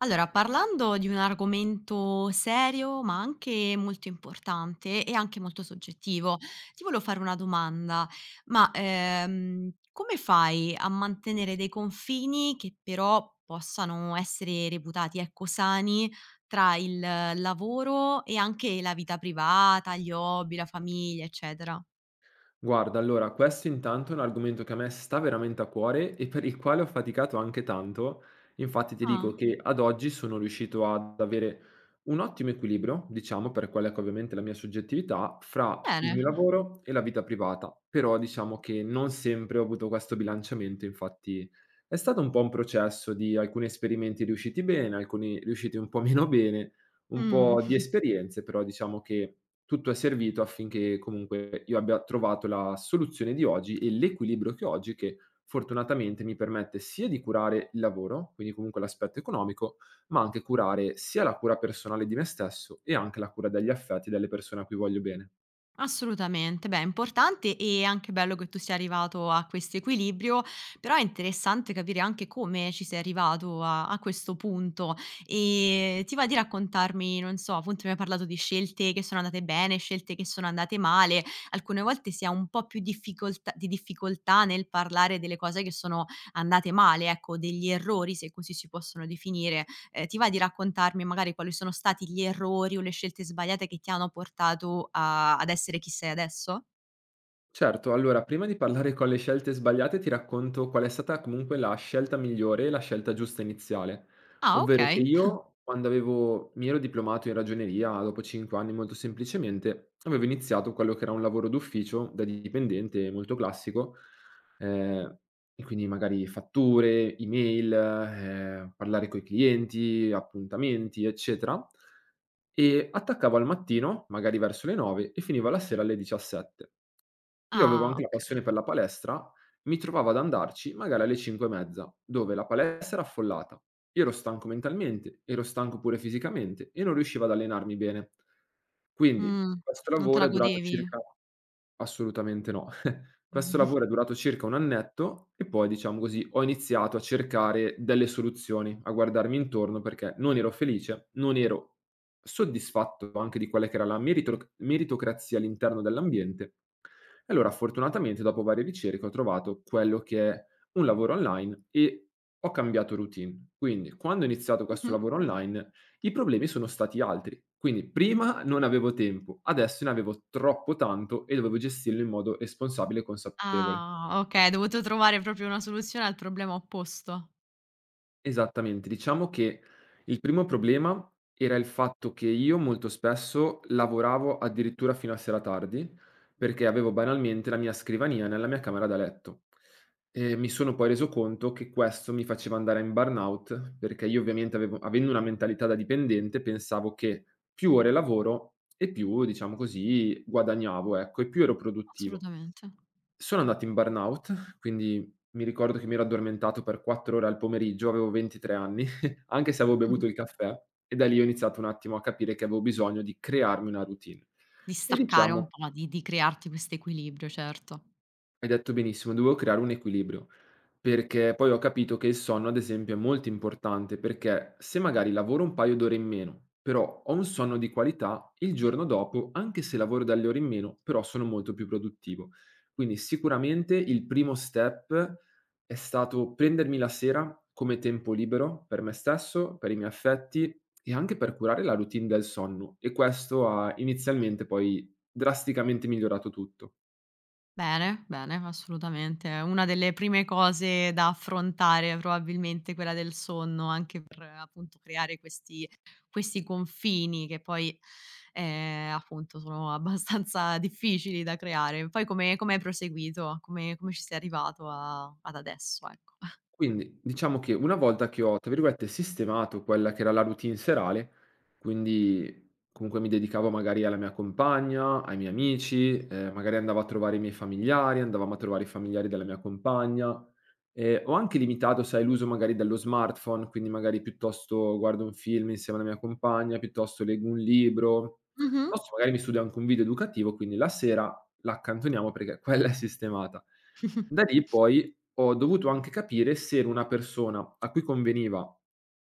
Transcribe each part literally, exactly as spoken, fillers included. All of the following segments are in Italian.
Allora, parlando di un argomento serio, ma anche molto importante e anche molto soggettivo, ti volevo fare una domanda, ma, ehm, come fai a mantenere dei confini che però possano essere reputati, ecco, sani tra il lavoro e anche la vita privata, gli hobby, la famiglia, eccetera? Guarda, allora, questo intanto è un argomento che a me sta veramente a cuore e per il quale ho faticato anche tanto. Infatti ti dico Ah, che ad oggi sono riuscito ad avere un ottimo equilibrio, diciamo, per quella che è ovviamente la mia soggettività, fra il mio bene. lavoro e la vita privata. Però diciamo che non sempre ho avuto questo bilanciamento, infatti è stato un po' un processo di alcuni esperimenti riusciti bene, alcuni riusciti un po' meno bene, un po' di Mh. esperienze, però diciamo che tutto è servito affinché comunque io abbia trovato la soluzione di oggi e l'equilibrio che ho oggi, che fortunatamente mi permette sia di curare il lavoro, quindi comunque l'aspetto economico, ma anche curare sia la cura personale di me stesso e anche la cura degli affetti delle persone a cui voglio bene. Assolutamente. Beh, è importante e anche bello che tu sia arrivato a questo equilibrio, però è interessante capire anche come ci sei arrivato a a questo punto. Ehm, ti va di raccontarmi, non so, appunto mi hai parlato di scelte che sono andate bene, scelte che sono andate male, alcune volte si ha un po' più difficolt di difficoltà nel parlare delle cose che sono andate male, ecco, degli errori, se così si possono definire. Ehm, ti va di raccontarmi magari quali sono stati gli errori o le scelte sbagliate che ti hanno portato a ad essere chi sei adesso? Certo, allora prima di parlare con le scelte sbagliate ti racconto qual è stata comunque la scelta migliore e la scelta giusta iniziale, Ah, ovvero che okay. io, quando avevo mi ero diplomato in ragioneria dopo cinque anni molto semplicemente, avevo iniziato quello che era un lavoro d'ufficio da dipendente molto classico. ehm, e quindi magari fatture, email, ehm, parlare coi clienti, appuntamenti, eccetera, e attaccavo al mattino, magari verso le nove e finivo alla sera alle diciassette. Io avevo Ah, anche la okay. passione per la palestra, mi trovavo ad andarci magari alle cinque e mezza, dove la palestra era affollata. Io ero stanco mentalmente, ero stanco pure fisicamente e non riuscivo ad allenarmi bene. Quindi Mh, questo non te lavoro la è durato godevi? circa, assolutamente no. Questo Mh. lavoro è durato circa un annetto e poi, diciamo così, ho iniziato a cercare delle soluzioni, a guardarmi intorno perché non ero felice, non ero soddisfatto anche di quella che era la meritro meritocrazia all'interno dell'ambiente, e allora fortunatamente dopo varie ricerche ho trovato quello che è un lavoro online e ho cambiato routine. Quindi, quando ho iniziato questo Mh-mh. lavoro online, i problemi sono stati altri. Quindi prima non avevo tempo, adesso ne avevo troppo tanto e dovevo gestirlo in modo responsabile e consapevole. Ah, okay, hai dovuto trovare proprio una soluzione al problema opposto. Esattamente. Diciamo che il primo problema era il fatto che io molto spesso lavoravo addirittura fino a sera tardi, perché avevo banalmente la mia scrivania nella mia camera da letto. E mi sono poi reso conto che questo mi faceva andare in burnout, perché io, ovviamente, avevo avendo una mentalità da dipendente, pensavo che più ore lavoro e più, diciamo così, guadagnavo, ecco, e più ero produttivo. Assolutamente. Sono andato in burnout, quindi mi ricordo che mi ero addormentato per quattro ore al pomeriggio, avevo ventitré anni, anche se avevo Mh-mh. bevuto il caffè, e da lì ho iniziato un attimo a capire che avevo bisogno di crearmi una routine. Di E staccare un diciamo, po', di di crearti questo equilibrio, certo. hai detto benissimo, dovevo creare un equilibrio, perché poi ho capito che il sonno, ad esempio, è molto importante, perché se magari lavoro un paio d'ore in meno, però ho un sonno di qualità, il giorno dopo, anche se lavoro dalle ore in meno, però sono molto più produttivo. Quindi sicuramente il primo step è stato prendermi la sera come tempo libero per me stesso, per i miei affetti e anche per curare la routine del sonno, e questo ha inizialmente poi drasticamente migliorato tutto. Bene, bene, assolutamente. È una delle prime cose da affrontare, probabilmente quella del sonno, anche per appunto creare questi questi confini che poi, ehm, appunto sono abbastanza difficili da creare. Poi come come hai proseguito? Come come ci sei arrivato a ad adesso, ecco? Quindi, diciamo che una volta che ho, tra virgolette, "sistemato" quella che era la routine serale, quindi comunque mi dedicavo magari alla mia compagna, ai miei amici, ehm, magari andavo a trovare i miei familiari, andavamo a trovare i familiari della mia compagna. Ehm, ho anche limitato, sai, l'uso magari dello smartphone, quindi magari piuttosto guardo un film insieme alla mia compagna, piuttosto leggo un libro, Mh-mh. piuttosto magari mi studio anche un video educativo, quindi la sera l'accantoniamo perché quella è sistemata. Da lì poi ho dovuto anche capire se ero una persona a cui conveniva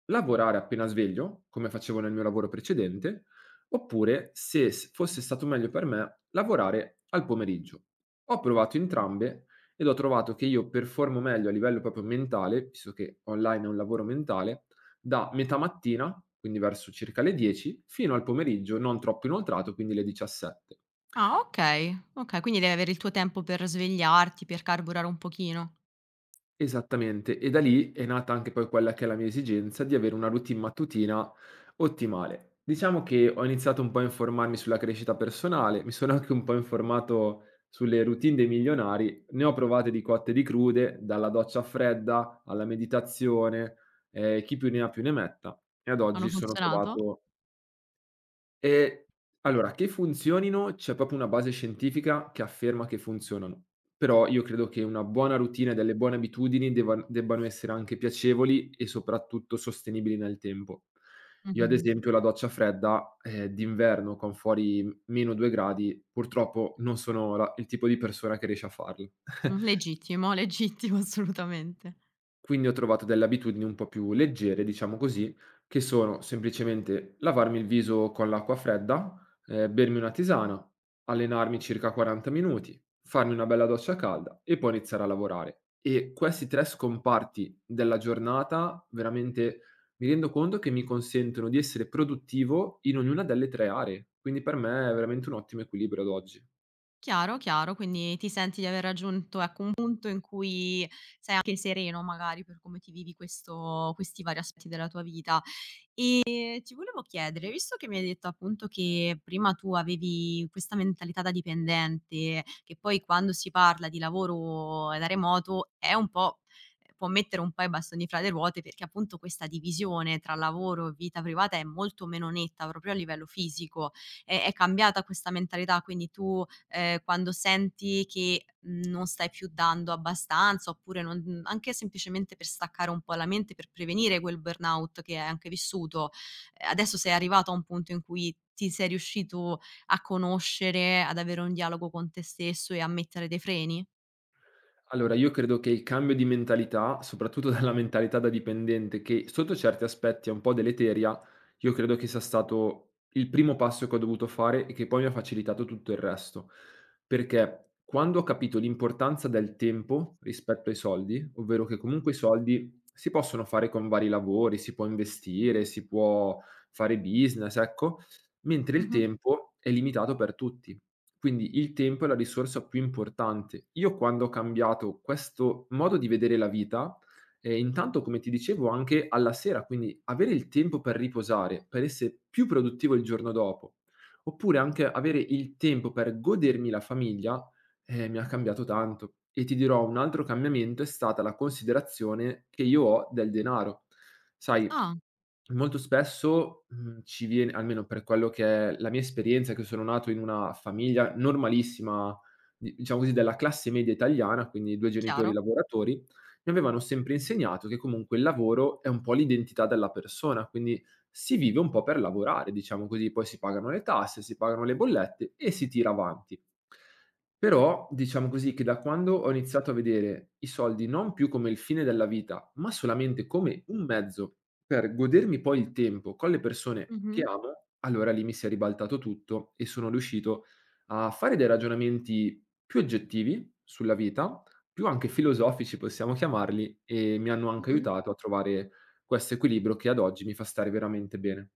lavorare appena sveglio, come facevo nel mio lavoro precedente, oppure se s- fosse stato meglio per me lavorare al pomeriggio. Ho provato entrambe ed ho trovato che io performo meglio a livello proprio mentale, visto che online è un lavoro mentale, da metà mattina, quindi verso circa le dieci, fino al pomeriggio non troppo inoltrato, quindi le diciassette. Ah, okay, okay, quindi devi avere il tuo tempo per svegliarti, per carburare un pochino. Esattamente, e da lì è nata anche poi quella che è la mia esigenza di avere una routine mattutina ottimale. Diciamo che ho iniziato un po' a informarmi sulla crescita personale, mi sono anche un po' informato sulle routine dei milionari, ne ho provate di cotte e di crude, dalla doccia fredda alla meditazione, eh, chi più ne ha più ne metta, e ad Hanno oggi sono funzionato? trovato. Ehm, allora, che funzionino, c'è proprio una base scientifica che afferma che funzionano, però io credo che una buona routine e delle buone abitudini devan debbano essere anche piacevoli e soprattutto sostenibili nel tempo. Io ad Mh-mh. esempio la doccia fredda, ehm, d'inverno con fuori meno due gradi, purtroppo non sono la il tipo di persona che riesce a farlo. Mh, legittimo, legittimo assolutamente. Quindi ho trovato delle abitudini un po' più leggere, diciamo così, che sono semplicemente lavarmi il viso con l'acqua fredda, ehm, bermi una tisana, allenarmi circa quaranta minuti, farmi una bella doccia calda e poi iniziare a lavorare. E questi tre scomparti della giornata veramente mi rendo conto che mi consentono di essere produttivo in ognuna delle tre aree, quindi per me è veramente un ottimo equilibrio ad oggi. Chiaro, chiaro, quindi ti senti di aver raggiunto, ecco, un punto in cui sei anche sereno magari per come ti vivi questo questi vari aspetti della tua vita. E ti volevo chiedere, visto che mi hai detto appunto che prima tu avevi questa mentalità da dipendente, che poi quando si parla di lavoro da remoto è un po' può mettere un po' i bastoni fra le ruote perché appunto questa divisione tra lavoro e vita privata è molto meno netta proprio a livello fisico. È, è cambiata questa mentalità, quindi tu eh, quando senti che mh, non stai più dando abbastanza oppure non- anche semplicemente per staccare un po' la mente, per prevenire quel burnout che hai anche vissuto, adesso sei arrivato a un punto in cui ti sei riuscito a conoscere, ad avere un dialogo con te stesso e a mettere dei freni? Allora, io credo che il cambio di mentalità, soprattutto dalla mentalità da dipendente, che sotto certi aspetti è un po' deleteria, io credo che sia stato il primo passo che ho dovuto fare e che poi mi ha facilitato tutto il resto. Perché quando ho capito l'importanza del tempo rispetto ai soldi, ovvero che comunque i soldi si possono fare con vari lavori, si può investire, si può fare business, ecco, mentre il Mh-mh. tempo è limitato per tutti. Quindi il tempo è la risorsa più importante. Io, quando ho cambiato questo modo di vedere la vita, ehm, intanto come ti dicevo anche alla sera, quindi avere il tempo per riposare, per essere più produttivo il giorno dopo, oppure anche avere il tempo per godermi la famiglia, ehm, mi ha cambiato tanto. E ti dirò, un altro cambiamento è stata la considerazione che io ho del denaro. Sai. Ah, Molto spesso, mhmm, ci vien, almeno per quello che è la mia esperienza, che sono nato in una famiglia normalissima, di, diciamo così, della classe media italiana, quindi due genitori chiaro. lavoratori, mi avevano sempre insegnato che comunque il lavoro è un po' l'identità della persona, quindi si vive un po' per lavorare, diciamo così, poi si pagano le tasse, si pagano le bollette e si tira avanti. Però, diciamo così, che da quando ho iniziato a vedere i soldi non più come il fine della vita, ma solamente come un mezzo per godermi poi il tempo con le persone che Mh-mh. amo, allora lì mi si è ribaltato tutto e sono riuscito a fare dei ragionamenti più oggettivi sulla vita, più anche filosofici possiamo chiamarli, e mi hanno anche Mh-mh. aiutato a trovare questo equilibrio che ad oggi mi fa stare veramente bene.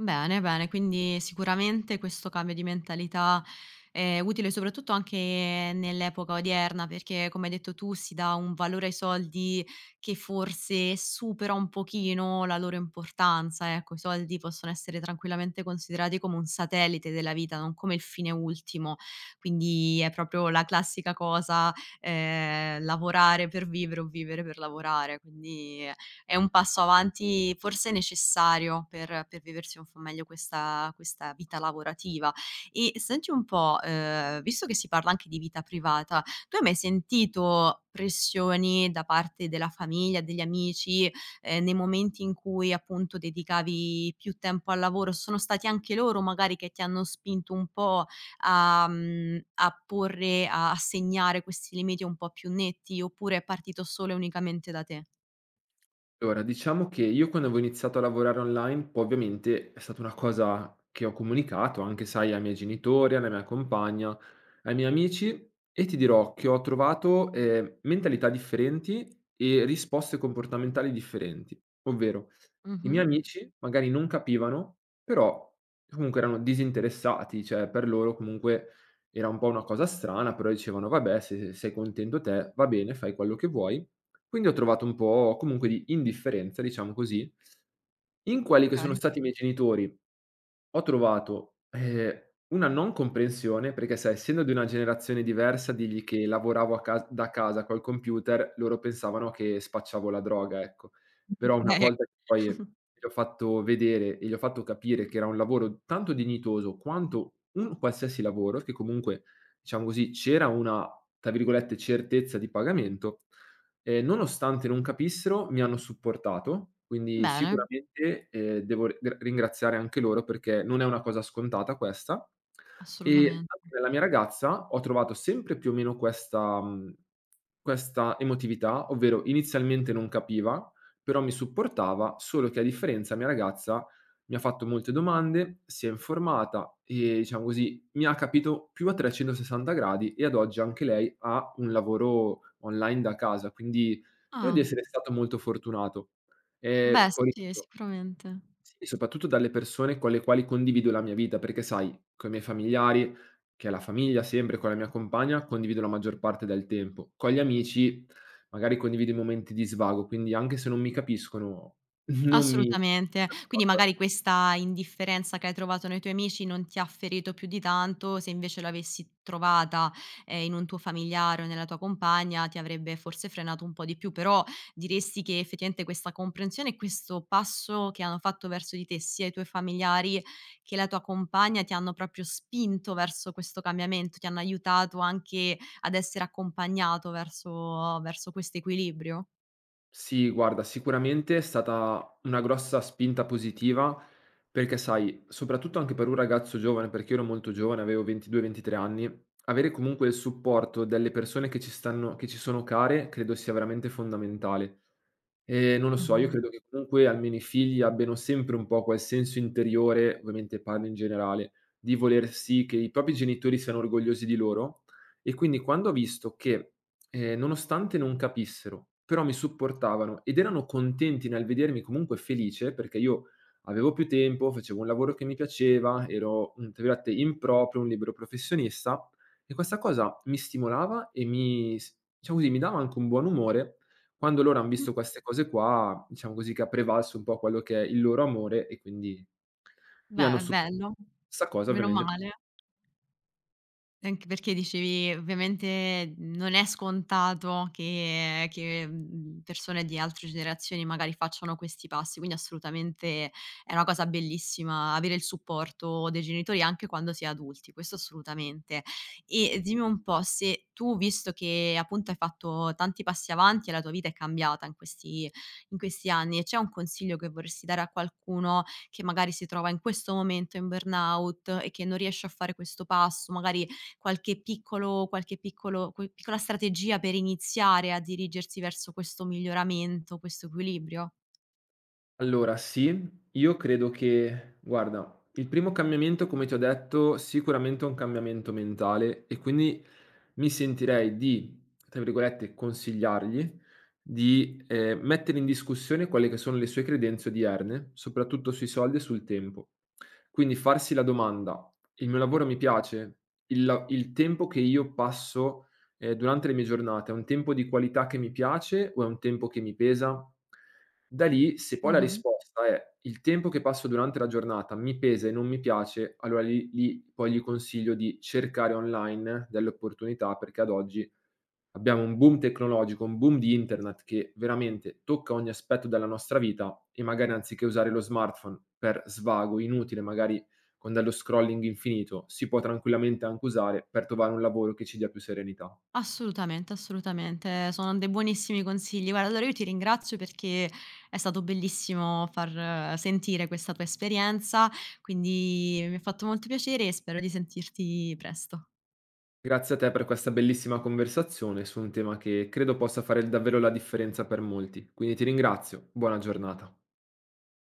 Bene, bene, quindi sicuramente questo cambio di mentalità è utile soprattutto anche nell'epoca odierna, perché come hai detto tu si dà un valore ai soldi che forse supera un pochino la loro importanza, ecco, i soldi possono essere tranquillamente considerati come un satellite della vita, non come il fine ultimo, quindi è proprio la classica cosa, ehm, lavorare per vivere o vivere per lavorare, quindi è un passo avanti forse necessario per per viversi un po' meglio questa questa vita lavorativa. E senti un po', ehm, visto che si parla anche di vita privata, tu hai mai sentito pressioni da parte della famiglia, degli amici, ehm, nei momenti in cui appunto dedicavi più tempo al lavoro? Sono stati anche loro magari che ti hanno spinto un po' a mhmm, a porre a a segnare questi limiti un po' più netti, oppure è partito solo e unicamente da te? Allora, diciamo che io, quando avevo iniziato a lavorare online, poi ovviamente è stata una cosa che ho comunicato anche, sai, ai miei genitori, alla mia compagna, ai miei amici, e ti dirò che ho trovato eh, mentalità differenti e risposte comportamentali differenti. Ovvero, i Mh-mh. miei amici magari non capivano, però comunque erano disinteressati, cioè per loro comunque era un po' una cosa strana, però dicevano: "Vabbè, se sei contento te, va bene, fai quello che vuoi". Quindi ho trovato un po' comunque di indifferenza, diciamo così. In quelli che sono Okay, stati i miei genitori ho trovato, ehm, una non comprensione perché, sai, essendo di una generazione diversa, dirgli che lavoravo a cas da casa col computer, loro pensavano che spacciavo la droga, ecco. Però una okay. volta che poi gli ho fatto vedere e gli ho fatto capire che era un lavoro tanto dignitoso quanto un qualsiasi lavoro, che comunque, diciamo così, c'era una, tra virgolette, "certezza" di pagamento, Ehm, nonostante non capissero, mi hanno supportato, quindi Bene, sicuramente, ehm, devo ri gr ringraziare anche loro perché non è una cosa scontata questa. E assolutamente. anche nella mia ragazza ho trovato sempre più o meno questa, mhmm, questa emotività, ovvero inizialmente non capiva, però mi supportava, solo che a differenza mia ragazza mi ha fatto molte domande, si è informata e, diciamo così, mi ha capito più a trecentosessanta gradi e ad oggi anche lei ha un lavoro online da casa, quindi credo di Ah, essere stato molto fortunato. beh E poi sì, sicuramente. sì, soprattutto dalle persone con le quali condivido la mia vita, perché, sai, coi miei familiari, che è la famiglia sempre, con la mia compagna, condivido la maggior parte del tempo. Con gli amici magari condivido i momenti di svago, quindi anche se non mi capiscono, non mi. Assolutamente. Quindi magari questa indifferenza che hai trovato nei tuoi amici non ti ha ferito più di tanto, se invece l'avessi trovata, ehm, in un tuo familiare o nella tua compagna ti avrebbe forse frenato un po' di più, però diresti che effettivamente questa comprensione e questo passo che hanno fatto verso di te sia i tuoi familiari che la tua compagna ti hanno proprio spinto verso questo cambiamento, ti hanno aiutato anche ad essere accompagnato verso verso questo equilibrio? Sì, guarda, sicuramente è stata una grossa spinta positiva perché, sai, soprattutto anche per un ragazzo giovane, perché io ero molto giovane, avevo ventidue ventitré anni, avere comunque il supporto delle persone che ci stanno, che ci sono care, credo sia veramente fondamentale. E non lo so, io Mh-mh. credo che comunque almeno i figli abbiano sempre un po' quel senso interiore, ovviamente parlo in generale, di voler sì che i propri genitori siano orgogliosi di loro. E quindi quando ho visto che, Ehm, nonostante non capissero, però mi supportavano ed erano contenti nel vedermi comunque felice, perché io avevo più tempo, facevo un lavoro che mi piaceva, ero un, tra virgolette, "improprio", un libero professionista, e questa cosa mi stimolava e mi s diciamo così, mi dava anche un buon umore. Quando loro han visto queste cose qua, diciamo così, che ha prevalso un po' quello che è il loro amore e quindi mi Beh, hanno è su bello. 'sta cosa Meno ovviamente. male. Anche perché dicevi ovviamente non è scontato che che, mhmm, persone di altre generazioni magari facciano questi passi, quindi assolutamente è una cosa bellissima avere il supporto dei genitori anche quando si è adulti, questo assolutamente. E dimmi un po' se tu, visto che appunto hai fatto tanti passi avanti e la tua vita è cambiata in questi in questi anni, c'è un consiglio che vorresti dare a qualcuno che magari si trova in questo momento in burnout e che non riesce a fare questo passo, magari qualche piccolo qualche piccolo que piccola strategia per iniziare a dirigersi verso questo miglioramento, questo equilibrio? Allora sì, io credo che, guarda, il primo cambiamento, come ti ho detto, sicuramente è un cambiamento mentale, e quindi mi sentirei di, tra virgolette, "consigliargli" di, ehm, mettere in discussione quelle che sono le sue credenze odierne, soprattutto sui soldi e sul tempo. Quindi farsi la domanda: "Il mio lavoro mi piace? Il la il tempo che io passo, ehm, durante le mie giornate è un tempo di qualità che mi piace, o è un tempo che mi pesa?" Da lì, se poi la Mh-mh. risposta è: "Il tempo che passo durante la giornata mi pesa e non mi piace", allora lì lì poi gli consiglio di cercare online delle opportunità, perché ad oggi abbiamo un boom tecnologico, un boom di internet che veramente tocca ogni aspetto della nostra vita, e magari anziché usare lo smartphone per svago inutile, magari con dello scrolling infinito, si può tranquillamente anche usare per trovare un lavoro che ci dia più serenità. Assolutamente, assolutamente. Sono dei buonissimi consigli. Guarda, allora io ti ringrazio perché è stato bellissimo far eh, sentire questa tua esperienza, quindi mi ha fatto molto piacere e spero di sentirti presto. Grazie a te per questa bellissima conversazione su un tema che credo possa fare davvero la differenza per molti. Quindi ti ringrazio, buona giornata.